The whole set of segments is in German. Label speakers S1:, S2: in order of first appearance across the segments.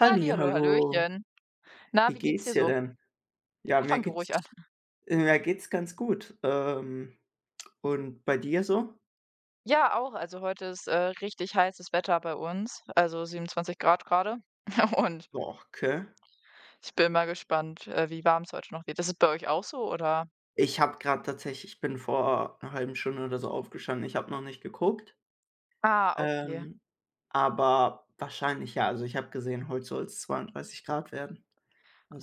S1: Halli, hallo.
S2: hallöchen. Na,
S1: Wie
S2: wie geht's
S1: geht's
S2: dir
S1: dir
S2: so?
S1: denn? Ja,
S2: Ah, fang du ruhig an.
S1: mir geht's ganz gut. Und bei dir so?
S2: Ja, auch. Also heute ist, richtig heißes Wetter bei uns, also 27 Grad gerade. Und
S1: Boah, okay.
S2: ich bin mal gespannt, wie warm es heute noch wird. Ist es bei euch auch so, oder?
S1: Ich habe gerade tatsächlich ich bin vor einer halben Stunde oder so aufgestanden. Ich habe noch nicht geguckt,
S2: Ah, okay.
S1: ähm, aber wahrscheinlich ja. Also, ich habe gesehen, heute soll es 32 Grad werden.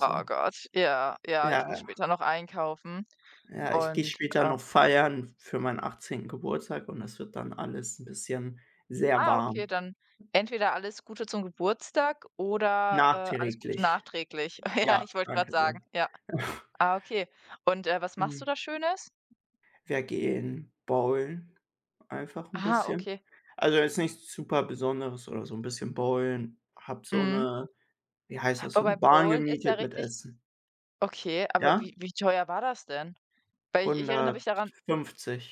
S2: Oh Gott, ja, ja,
S1: ja,
S2: ich muss später noch einkaufen
S1: ja, ich gehe
S2: und,
S1: später
S2: äh
S1: noch feiern für meinen 18. Geburtstag und es wird dann alles ein bisschen sehr
S2: ah, okay,
S1: warm.
S2: dann entweder alles Gute zum Geburtstag oder, alles Gute
S1: Nachträglich.
S2: nachträglich. Ja,
S1: Ja,
S2: ich wollte gerade
S1: danke sehr.
S2: sagen, ja. Ah, okay. Und, was machst du
S1: Hm,
S2: da Schönes?
S1: wir gehen bowlen, einfach 'n
S2: Ah,
S1: bisschen.
S2: okay.
S1: Also, jetzt nichts super Besonderes oder so, 'n bisschen bowlen. Habe so
S2: Mhm.
S1: 'ne wie heißt das, so 'ne
S2: Wobei
S1: Bahn
S2: Bowlen ist ja
S1: gemietet mit
S2: richtig
S1: Essen.
S2: okay, aber
S1: Ja?
S2: wie teuer war das denn? Weil ich erinnere mich daran.
S1: 150,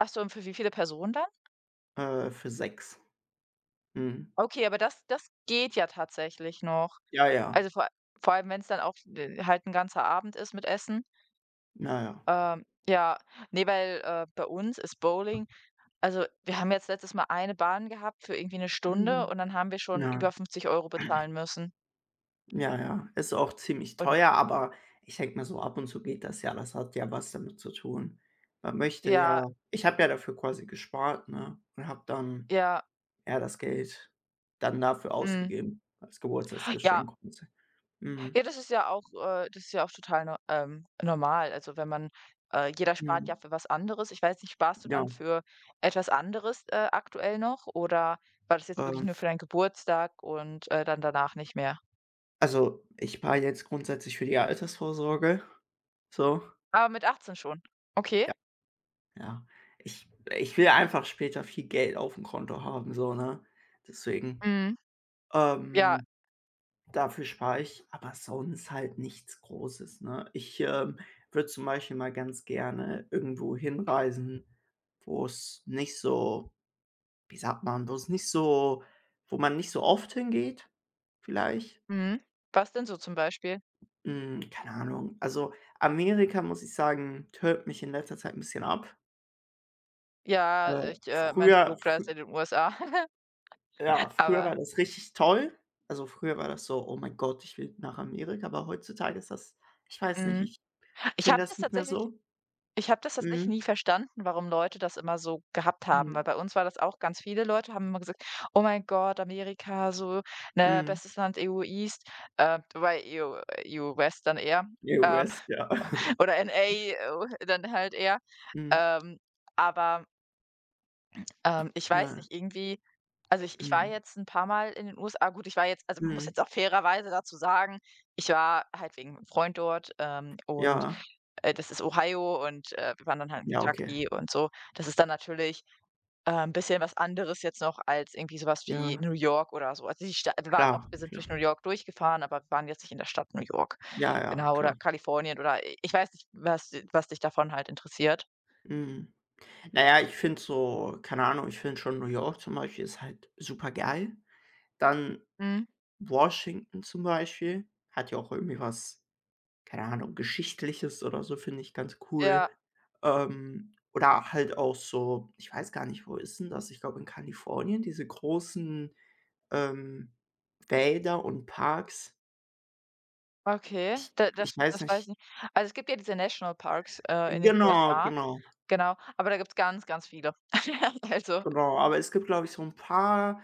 S2: Ach so, und für wie viele Personen dann?
S1: für sechs. Mhm.
S2: Okay, aber das geht ja tatsächlich noch.
S1: Ja, ja.
S2: Also, vor allem, wenn's dann auch d halt 'n ganzer Abend ist mit Essen.
S1: Ja, ja.
S2: Ja, ne, weil, bei uns ist Bowling. Also, wir haben jetzt letztes Mal eine Bahn gehabt für irgendwie 'ne Stunde
S1: Mhm.
S2: und dann haben wir schon
S1: Ja.
S2: über 50 € bezahlen müssen.
S1: Ja, ja. Ist auch ziemlich
S2: Und
S1: teuer, aber ich denke mir so, ab und zu geht das ja. Das hat ja was damit zu tun. Man möchte
S2: ja,
S1: ja ich habe ja dafür quasi gespart, ne, und habe dann
S2: ja,
S1: ja, das Geld dann dafür
S2: mhm,
S1: ausgegeben als
S2: ja.
S1: Geburtstagsgeschenk und mhm,
S2: Ja, das ist ja auch das ist ja auch total normal. Also, wenn man jeder spart ja
S1: mhm,
S2: für was anderes. Ich weiß nicht, sparst du
S1: ja,
S2: dann für etwas anderes, aktuell noch oder war das jetzt wirklich
S1: ähm,
S2: nur für deinen Geburtstag und, dann danach nicht mehr?
S1: also, ich war jetzt grundsätzlich für die Altersvorsorge, so,
S2: Aber mit 18 schon? Okay.
S1: ja, ja. Ich will einfach später viel Geld auf dem Konto haben, so, ne? Deswegen,
S2: Mhm. Ja.
S1: ähm, dafür spare ich, aber sonst halt nichts Großes, ne? Ich würde zum Beispiel mal ganz gerne irgendwo hinreisen, wo es nicht so wie sagt man, wo's nicht so wo man nicht so oft hingeht vielleicht?
S2: Mhm. Was denn so zum Beispiel?
S1: Hm, keine Ahnung. Also, Amerika, muss ich sagen, turnt mich in letzter Zeit ein bisschen ab.
S2: Ja,
S1: Äh,
S2: ich mein
S1: früher
S2: Verlobter ist
S1: frü
S2: in den USA,
S1: ja, früher
S2: aber
S1: war das richtig toll. Also, früher war das so: „Oh mein Gott, ich will nach Amerika“, aber heutzutage ist das ich weiß nicht,
S2: mhm.
S1: ich
S2: Ich
S1: finde
S2: habe
S1: das
S2: das
S1: nicht mehr
S2: tatsächlich
S1: so.
S2: Ich habe das tatsächlich nie
S1: Mhm.
S2: verstanden, warum Leute das immer so gehabt haben, weil
S1: Mhm.
S2: bei uns war das auch ganz viele Leute haben immer gesagt: „Oh mein Gott, Amerika, so, ne,
S1: Mhm.
S2: bestes Land EU East", wobei EU West dann eher,
S1: EU
S2: ähm,
S1: West, ja.
S2: oder NA, dann halt eher.
S1: Mhm.
S2: Ähm, aber ich weiß
S1: Ja.
S2: nicht, irgendwie. Also, ich war
S1: Mhm.
S2: jetzt ein paar Mal in den USA. Gut, ich war jetzt also, man muss
S1: Mhm.
S2: jetzt auch fairerweise dazu sagen, ich war halt wegen 'nem Freund dort, und,
S1: Ja.
S2: das ist Ohio und, wir waren dann halt in
S1: Ja, okay.
S2: Kentucky und so. Das ist dann natürlich, 'n bisschen was anderes jetzt noch als irgendwie sowas wie
S1: Ja,
S2: New York oder so. Also, die Sta wir waren
S1: klar,
S2: auch wir sind
S1: klar.
S2: durch New York durchgefahren, aber wir waren jetzt nicht in der Stadt New York.
S1: Ja, ja,
S2: Genau, oder
S1: klar.
S2: Kalifornien oder i ich weiß nicht, was dich davon halt interessiert.
S1: Mhm. Na ja, ich finde so keine Ahnung, ich finde schon New York zum Beispiel ist halt super geil. Dann
S2: Mhm.
S1: Washington zum Beispiel hat ja auch irgendwie was, keine Ahnung, Geschichtliches oder so, finde ich ganz cool.
S2: Ja.
S1: Oder halt auch so ich weiß gar nicht, wo ist denn das? Ich glaube in Kalifornien, diese großen, ähm, Wälder und Parks.
S2: Okay,
S1: Ich
S2: da
S1: ich
S2: das
S1: weiß
S2: das weiß ich
S1: nicht
S2: nicht. Also, es gibt ja diese Nationalparks, in den
S1: genau,
S2: USA,
S1: genau.
S2: genau, aber da gibt's ganz, ganz viele. Also,
S1: Genau, aber es gibt, glaube ich, so ein paar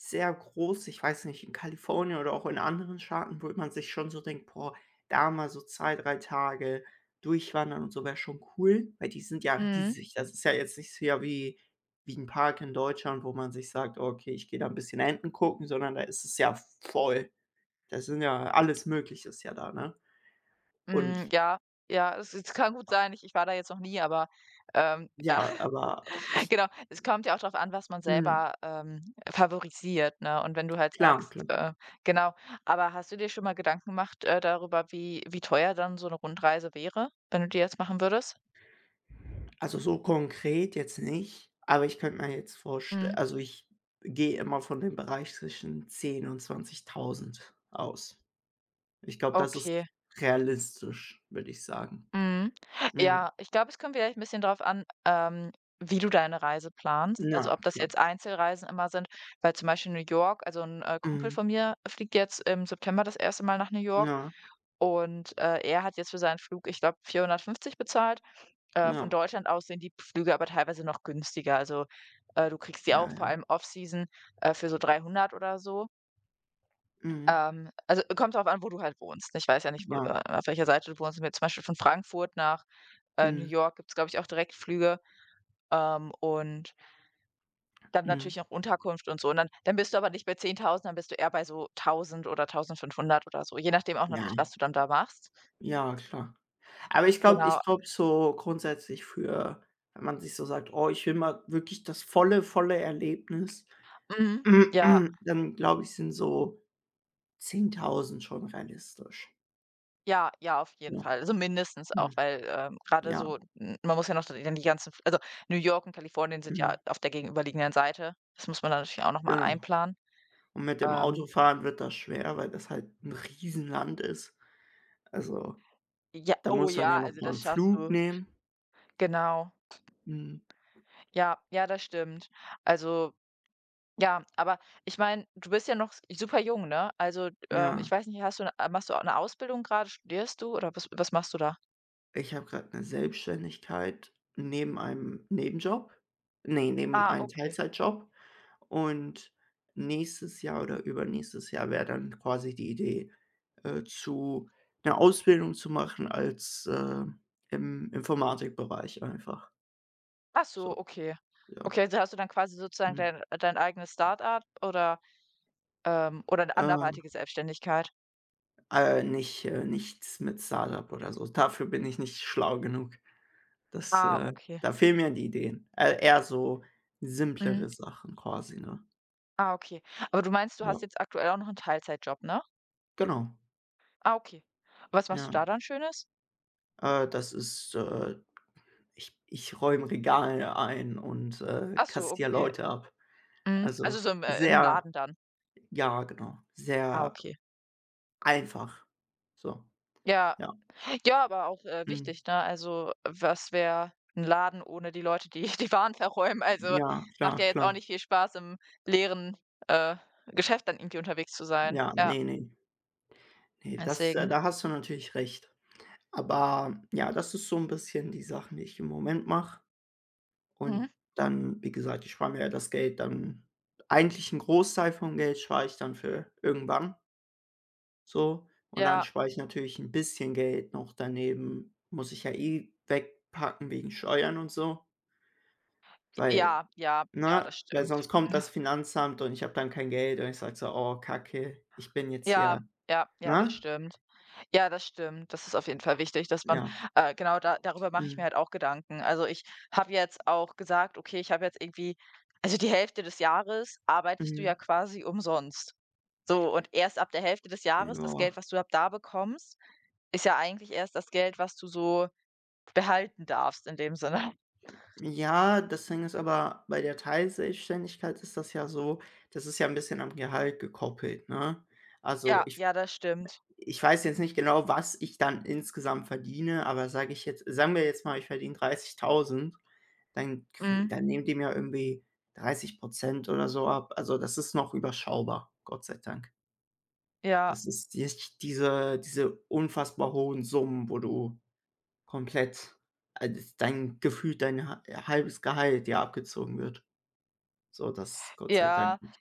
S1: sehr große ich weiß nicht, in Kalifornien oder auch in anderen Staaten, wo man sich schon so denkt: „Boah, da mal so 2 3 Tage durchwandern und so wäre schon cool“, weil die sind ja
S2: mhm,
S1: riesig. Das ist ja jetzt nicht so ja wie wie ein Park in Deutschland, wo man sich sagt: „Okay, ich gehe da ein bisschen Enten gucken“, sondern da ist es ja voll. Da sind ja alles Mögliche ist ja da, ne?
S2: hm,
S1: Und
S2: ja, ja, es kann gut sein. Ich war da jetzt noch nie, aber, ja,
S1: ja, aber ich
S2: genau. Es kommt ja auch darauf an, was man
S1: mhm,
S2: selber, favorisiert, ne? Und wenn du halt
S1: klar,
S2: sagst,
S1: klar.
S2: äh Genau. Aber hast du dir schon mal Gedanken gemacht, darüber, wie teuer dann so eine Rundreise wäre, wenn du die jetzt machen würdest?
S1: Also, so konkret jetzt nicht, aber ich könnte mir jetzt vorstellen,
S2: Mhm,
S1: also, ich gehe immer von dem Bereich zwischen 10 und 20.000 aus. Ich glaube, das ist
S2: okay.
S1: realistisch, würde ich sagen.
S2: Mhm.
S1: Mhm.
S2: Ja, ich glaube, es kommt vielleicht ein bisschen drauf an, wie du deine Reise planst.
S1: Ja,
S2: Also, ob das
S1: klar.
S2: jetzt Einzelreisen immer sind, weil zum Beispiel New York. Also, ein Kumpel
S1: Mhm.
S2: von mir fliegt jetzt im September das erste Mal nach New York
S1: Ja,
S2: und, er hat jetzt für seinen Flug, ich glaube, 450 bezahlt. Von
S1: ja,
S2: Deutschland aus sind die Flüge aber teilweise noch günstiger. Also, du kriegst die
S1: ja,
S2: auch vor
S1: ja.
S2: allem Off-Season, für so 300 oder so.
S1: Mhm.
S2: Also, kommt drauf an, wo du halt wohnst. Ich weiß ja nicht, wo
S1: Ja.
S2: auf welcher Seite du wohnst. Wenn du zum Beispiel von Frankfurt nach, New
S1: Mhm.
S2: York gibt's, glaube ich, auch Direktflüge, und dann
S1: Mhm.
S2: natürlich noch Unterkunft und so. Und dann bist du aber nicht bei 10.000, dann bist du eher bei so 1.000 oder 1.500 oder so, je nachdem auch natürlich,
S1: Ja,
S2: was du dann da machst.
S1: ja, klar. Aber
S2: Genau.
S1: ich glaube so grundsätzlich für wenn man sich so sagt: „Oh, ich will mal wirklich das volle, volle Erlebnis“,
S2: Mhm. Ja,
S1: dann glaube ich, sind so 10.000 schon realistisch.
S2: ja, ja, auf jeden
S1: Ja.
S2: Fall. Also, mindestens auch,
S1: Mhm.
S2: weil, grade
S1: Ja,
S2: so m man muss ja noch dann die ganzen. Also, New York und Kalifornien sind ja
S1: mhm.
S2: auf der gegenüberliegenden Seite. Das muss man dann natürlich auch noch mal
S1: Genau.
S2: einplanen.
S1: Und mit dem
S2: Ähm
S1: Autofahren wird das schwer, weil das halt 'n Riesenland ist. Also,
S2: Ja,
S1: da
S2: oh
S1: muss man ja
S2: ja,
S1: noch
S2: also
S1: mal
S2: das
S1: 'n
S2: schaffst
S1: Flug
S2: du.
S1: nehmen.
S2: Genau.
S1: Mhm.
S2: Ja, ja, das stimmt. Also, ja, aber ich meine, du bist ja noch s super jung, ne? Also, ich
S1: Ja.
S2: weiß nicht, hast du 'ne machst du auch eine Ausbildung gerade? Studierst du oder was machst du da?
S1: Ich habe grad 'ne Selbstständigkeit neben einem Nebenjob ne, neben
S2: Ah,
S1: einem
S2: okay.
S1: Teilzeitjob. Und nächstes Jahr oder übernächstes Jahr wäre dann quasi die Idee, zu eine Ausbildung zu machen als im Informatikbereich einfach.
S2: Ach so,
S1: So,
S2: okay.
S1: ja.
S2: Okay, also hast du dann quasi sozusagen
S1: Mhm.
S2: dein eigenes Start-up oder 'ne
S1: Äh,
S2: anderweitige Selbstständigkeit?
S1: nichts mit Startup oder so. Dafür bin ich nicht schlau genug. Das,
S2: Ah,
S1: äh
S2: okay.
S1: Da fehlen mir die Ideen. Eher so
S2: Mhm.
S1: simplere Sachen quasi, ne?
S2: Ah, okay. Aber du meinst, du hast
S1: Ja,
S2: jetzt aktuell auch noch einen Teilzeitjob, ne?
S1: genau.
S2: Ah, okay. Was machst du
S1: Ja,
S2: da dann Schönes?
S1: äh, das ist, äh Ich räume Regale ein und,
S2: Ach so,
S1: kassiere
S2: okay.
S1: Leute ab.
S2: Mhm. Also
S1: Also,
S2: so im
S1: sehr
S2: Laden dann?
S1: Ja, genau,
S2: Ah,
S1: sehr
S2: okay.
S1: einfach. So,
S2: Ja.
S1: ja.
S2: Ja, aber auch,
S1: Mhm.
S2: wichtig, ne? Also, was wäre ein Laden ohne die Leute, die die Waren verräumen? Also,
S1: Ja,
S2: macht
S1: klar,
S2: ja jetzt auch
S1: klar.
S2: nicht viel Spaß, im leeren, äh, Geschäft dann irgendwie unterwegs zu sein.
S1: Ja,
S2: Ja,
S1: nee, nee das
S2: deswegen.
S1: da hast du natürlich recht. Aber ja, das ist so ein bisschen die Sachen, die ich im Moment mache.
S2: Mhm.
S1: Und dann, wie gesagt, ich spare mir ja das Geld dann eigentlich 'n Großteil vom Geld spare ich dann für irgendwann. So, und dann
S2: Ja,
S1: spare ich natürlich ein bisschen Geld noch daneben, muss ich ja eh wegpacken wegen Steuern und so, weil
S2: ja, ja, ja,
S1: ne,
S2: das
S1: weil
S2: stimmt.
S1: sonst kommt das Finanzamt und ich habe dann kein Geld und ich sage so: „Oh, Kacke, ich bin jetzt hier“
S2: Ja, ja, ja, das
S1: ne?
S2: stimmt. Ja, das stimmt. Das ist auf jeden Fall wichtig, dass man,
S1: Ja,
S2: genau, da darüber mache ich mir
S1: mhm,
S2: halt auch Gedanken. Also, ich habe jetzt auch gesagt: „Okay, ich habe jetzt irgendwie, also, die Hälfte des Jahres arbeitest du
S1: mhm,
S2: ja quasi umsonst." So, und erst ab der Hälfte des Jahres, das
S1: ja.
S2: Geld, was du ab da bekommst, ist ja eigentlich erst das Geld, was du so behalten darfst in dem Sinne.
S1: Ja, das Ding ist aber, bei der Teilselbstständigkeit ist das ja so, das ist ja ein bisschen am Gehalt gekoppelt, ne? Also,
S2: Ja,
S1: ich
S2: ja, das stimmt.
S1: Ich weiß jetzt nicht genau, was ich dann insgesamt verdiene, aber sagen wir jetzt mal, ich verdiene 30.000,
S2: Mhm.
S1: dann nehmen die mir irgendwie 30% oder so ab. Also, das ist noch überschaubar, Gott sei Dank.
S2: Ja,
S1: Das ist nicht diese unfassbar hohen Summen, wo du komplett das dein Gefühl, dein ha halbes Gehalt dir abgezogen wird. So, das Gott sei
S2: ja.
S1: Dank nicht.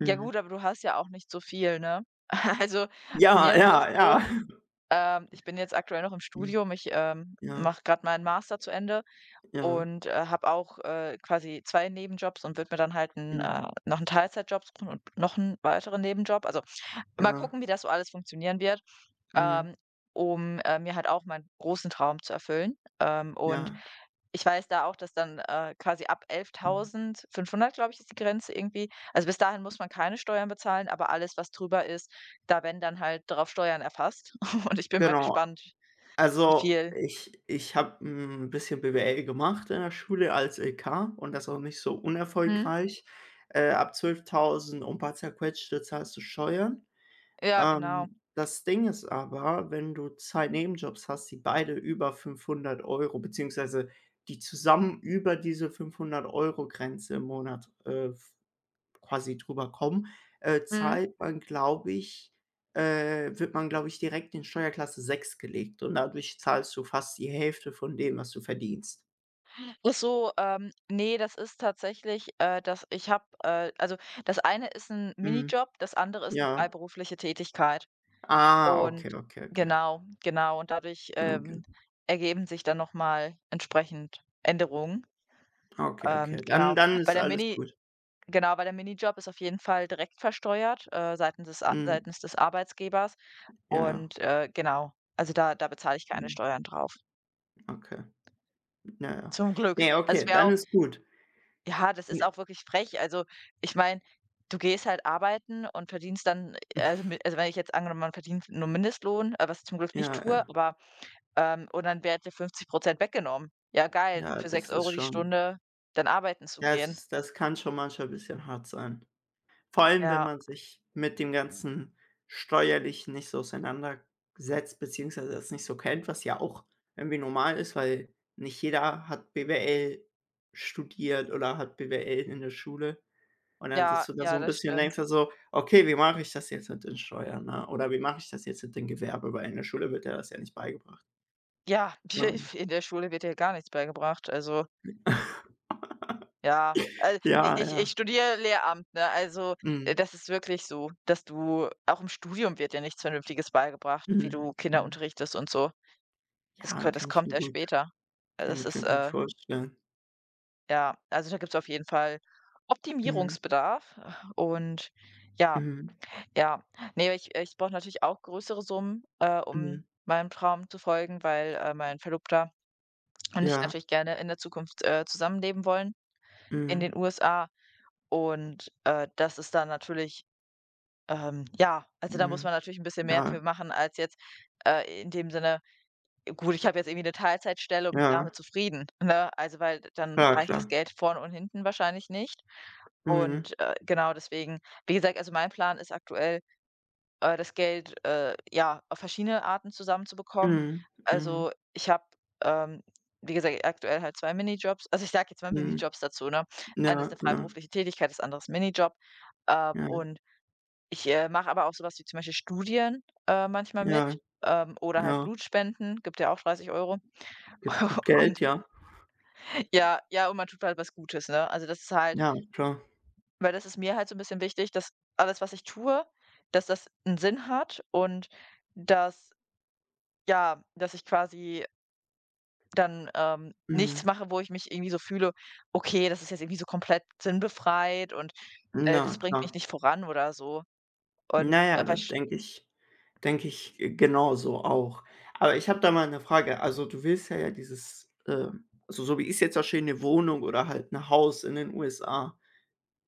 S2: Ja
S1: Mhm.
S2: gut, aber du hast ja auch nicht so viel, ne? Also, bei
S1: Ja,
S2: mir ist das
S1: ja,
S2: so
S1: ja.
S2: Ähm, Ich bin jetzt aktuell noch im
S1: Mhm.
S2: Studium. Ich,
S1: Ja,
S2: mache gerade meinen Master zu Ende
S1: ja.
S2: und, habe auch, quasi 2 Nebenjobs und würde mir dann halt
S1: Mhm.
S2: noch einen Teilzeitjob suchen und noch einen weiteren Nebenjob. Also, mal
S1: Ja.
S2: gucken, wie das so alles funktionieren wird,
S1: Mhm.
S2: ähm, um, mir halt auch meinen großen Traum zu erfüllen. Und
S1: Ja.
S2: ich weiß da auch, dass dann, quasi ab
S1: Mhm,
S2: 11.500, glaube ich, ist die Grenze irgendwie. Also, bis dahin muss man keine Steuern bezahlen, aber alles, was drüber ist, da werden dann halt darauf Steuern erfasst und ich bin mal
S1: genau.
S2: gespannt. Wie
S1: Also,
S2: viel?
S1: ich habe ein bisschen BWL gemacht in der Schule als LK und das auch nicht so Mhm.
S2: Mhm.
S1: unerfolgreich. Ab 12.000 und ein paar zerquetschte zahlst du Steuern.
S2: Ja, genau.
S1: Das Ding ist aber, wenn du 2 Nebenjobs hast, die beide über 500 Euro beziehungsweise die zusammen über diese 500 Euro Grenze im Monat, quasi drüber kommen,
S2: Mhm.
S1: zahlt man, glaube ich wird man, glaube ich, direkt in Steuerklasse 6 gelegt und dadurch zahlst du fast die Hälfte von dem, was du verdienst.
S2: Ach so, ne, das ist tatsächlich, also, das eine ist ein
S1: Mhm,
S2: Minijob, das andere ist eine
S1: ja.
S2: freiberufliche Tätigkeit.
S1: Ah,
S2: Und
S1: okay.
S2: genau, genau. Und dadurch,
S1: Okay.
S2: ergeben sich dann nochmal entsprechend Änderungen.
S1: Okay, okay. Dann
S2: Genau.
S1: dann
S2: Bei
S1: ist
S2: der
S1: alles
S2: Mini
S1: gut.
S2: Genau, bei der Minijob ist auf jeden Fall direkt versteuert,
S1: Mhm,
S2: seitens des Arbeitgebers.
S1: ja, ja.
S2: Und, genau, also da bezahle ich keine
S1: Mhm,
S2: Steuern drauf.
S1: okay. Ja, ja.
S2: Zum Glück.
S1: Ne,
S2: Also, es
S1: okay,
S2: wäre
S1: dann
S2: auch
S1: ist gut.
S2: Ja, das
S1: N
S2: ist auch wirklich frech. Also, ich meine, du gehst halt arbeiten und verdienst dann also, mi also, wenn ich jetzt angenommen, man verdient nur Mindestlohn, was ich zum Glück nicht
S1: ja,
S2: tue,
S1: ja.
S2: und dann werden dir 50% weggenommen. Ja, geil,
S1: Ja,
S2: für
S1: das
S2: 6
S1: ist
S2: Euro die
S1: schon
S2: Stunde dann arbeiten zu
S1: das
S2: gehen.
S1: ist das kann schon manchmal ein bisschen hart sein. Vor allem, wenn
S2: Ja,
S1: man sich mit dem ganzen Steuerlichen nicht so auseinandersetzt, beziehungsweise das nicht so kennt, was ja auch irgendwie normal ist, weil nicht jeder hat BWL studiert oder hat BWL in der Schule. Und dann
S2: ja,
S1: sitzt du da so
S2: ja,
S1: 'n
S2: das
S1: bisschen und
S2: stimmt.
S1: denkst dir so: „Okay, wie mache ich das jetzt mit den Steuern, ne? Oder wie mache ich das jetzt mit dem Gewerbe?“ Weil in der Schule wird dir das ja nicht beigebracht.
S2: Ja,
S1: Ähm,
S2: in der Schule wird dir gar nichts beigebracht. Also, ja, also, i
S1: ja,
S2: ich ich
S1: ja.
S2: studiere Lehramt, ne? Also,
S1: Mhm.
S2: das ist wirklich so, dass du auch im Studium wird dir nichts Vernünftiges beigebracht, wie
S1: Mhm.
S2: du Kinder
S1: Mhm.
S2: unterrichtest und so. Das
S1: Ja,
S2: kö das kommt erst später. Also,
S1: kann ich mir gut vorstellen.
S2: ja, also, da gibt es auf jeden Fall
S1: Mhm.
S2: Optimierungsbedarf, und ja,
S1: Mhm.
S2: ja. Nee, ich brauche natürlich auch größere Summen, um
S1: Mhm.
S2: meinem Traum zu folgen, weil, mein Verlobter und ich
S1: Ja.
S2: natürlich gerne in der Zukunft, zusammenleben wollen in
S1: Mhm,
S2: den USA. Und, das ist dann natürlich, ja, also, da muss
S1: mhm.
S2: man natürlich ein bisschen mehr
S1: Ja,
S2: für machen als jetzt, in dem Sinne. Gut, ich habe jetzt irgendwie eine Teilzeitstelle und bin
S1: ja,
S2: damit zufrieden, ne? Also, weil dann
S1: ja,
S2: reicht
S1: klar.
S2: das Geld vorne und hinten wahrscheinlich nicht.
S1: Mhm,
S2: Und, genau deswegen, wie gesagt, also, mein Plan ist aktuell, das Geld, ja, auf verschiedene Arten zusammenzubekommen.
S1: mhm, mhm,
S2: Also, ich habe, ähm, wie gesagt, aktuell halt 2 Minijobs. Also, ich sage jetzt mal
S1: mhm.
S2: Minijobs dazu, ne? Das eine
S1: Ja,
S2: ist eine
S1: ja,
S2: freiberufliche Tätigkeit, das andere ist 'n Minijob.
S1: ja,
S2: Und ich, mache aber auch sowas wie zum Beispiel Studien, manchmal mit,
S1: ja,
S2: oder halt
S1: ja.
S2: Blutspenden, gibt ja auch 30 €.
S1: Gibt gut Geld,
S2: Und
S1: ja.
S2: ja, ja, und man tut halt was Gutes, ne? Also, das ist halt,
S1: Ja, klar.
S2: weil das ist mir halt so ein bisschen wichtig, dass alles, was ich tue, dass das einen Sinn hat und dass, ja, dass ich quasi dann, nichts
S1: Mhm.
S2: mache, wo ich mich irgendwie so fühle: „Okay, das ist jetzt irgendwie so komplett sinnbefreit und,
S1: Na
S2: das bringt mich
S1: klar.
S2: nicht voran" oder so. Und
S1: Na ja, da
S2: aber sch
S1: denke ich genauso auch. Aber ich habe da mal 'ne Frage. Also, du willst ja ja dieses, also, so wie ich's jetzt verstehe, 'ne Wohnung oder halt 'n Haus in den USA,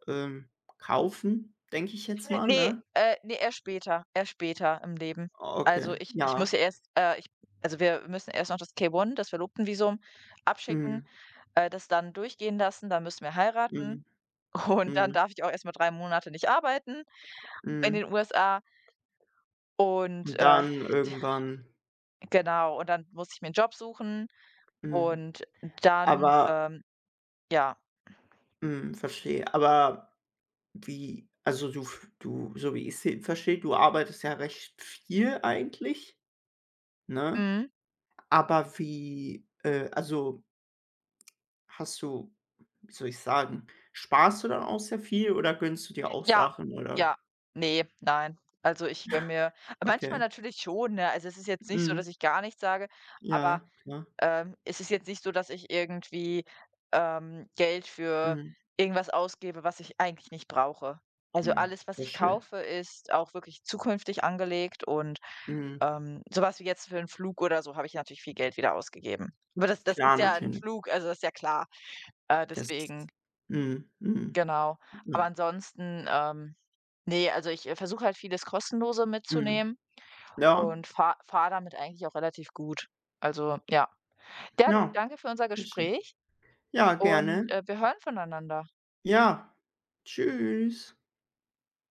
S1: ähm, kaufen, denke ich jetzt mal,
S2: Ne,
S1: ne?
S2: ne, erst später im Leben. Also,
S1: Okay,
S2: ich muss
S1: ja.
S2: ja erst, ich also, wir müssen erst noch das K-1, das Verlobtenvisum abschicken,
S1: Mhm,
S2: das dann durchgehen lassen, dann müssen wir heiraten
S1: mhm,
S2: und dann
S1: mhm,
S2: darf ich auch erstmal 3 Monate nicht arbeiten in
S1: mhm.
S2: den USA und,
S1: Und dann irgendwann
S2: genau, und dann muss ich mir einen Job suchen
S1: mhm.
S2: und dann,
S1: Aber
S2: ja.
S1: mhm, verstehe. Aber wie also du f du so wie ich he verstehe, du arbeitest ja recht viel eigentlich, ne?
S2: Mhm.
S1: Aber wie also hast du wie soll ich sagen, sparst du dann auch sehr viel oder gönnst du dir auch
S2: Ja,
S1: Sachen oder
S2: ja. Nee, nein. Also, ich gönne mir manchmal
S1: okay.
S2: natürlich schon, ne? Also, es ist jetzt nicht so, dass
S1: Mhm.
S2: ich gar nichts sage, aber
S1: Ja, klar.
S2: Ähm, Es ist jetzt nicht so, dass ich irgendwie, Geld für
S1: Mhm,
S2: irgendwas ausgebe, was ich eigentlich nicht brauche. Also,
S1: mhm,
S2: alles, was ich
S1: verstehe.
S2: kaufe, ist auch wirklich zukünftig angelegt und,
S1: Mhm,
S2: so wie jetzt für einen Flug oder so habe ich natürlich viel Geld wieder ausgegeben. Aber das
S1: klar,
S2: ist ja ein
S1: natürlich.
S2: Flug, also, das ist ja klar.
S1: Das
S2: Deswegen,
S1: mhm, mhm,
S2: genau. Aber
S1: ja.
S2: ansonsten, ne, also, ich, versuche halt vieles Kostenlose
S1: Mhm.
S2: mitzunehmen
S1: Ja,
S2: und fahre damit eigentlich auch relativ gut. Also, ja. Ja, du,
S1: ja.
S2: danke für unser
S1: Schön.
S2: Gespräch.
S1: Ja,
S2: Und,
S1: gerne.
S2: wir hören voneinander.
S1: Ja. Tschüss.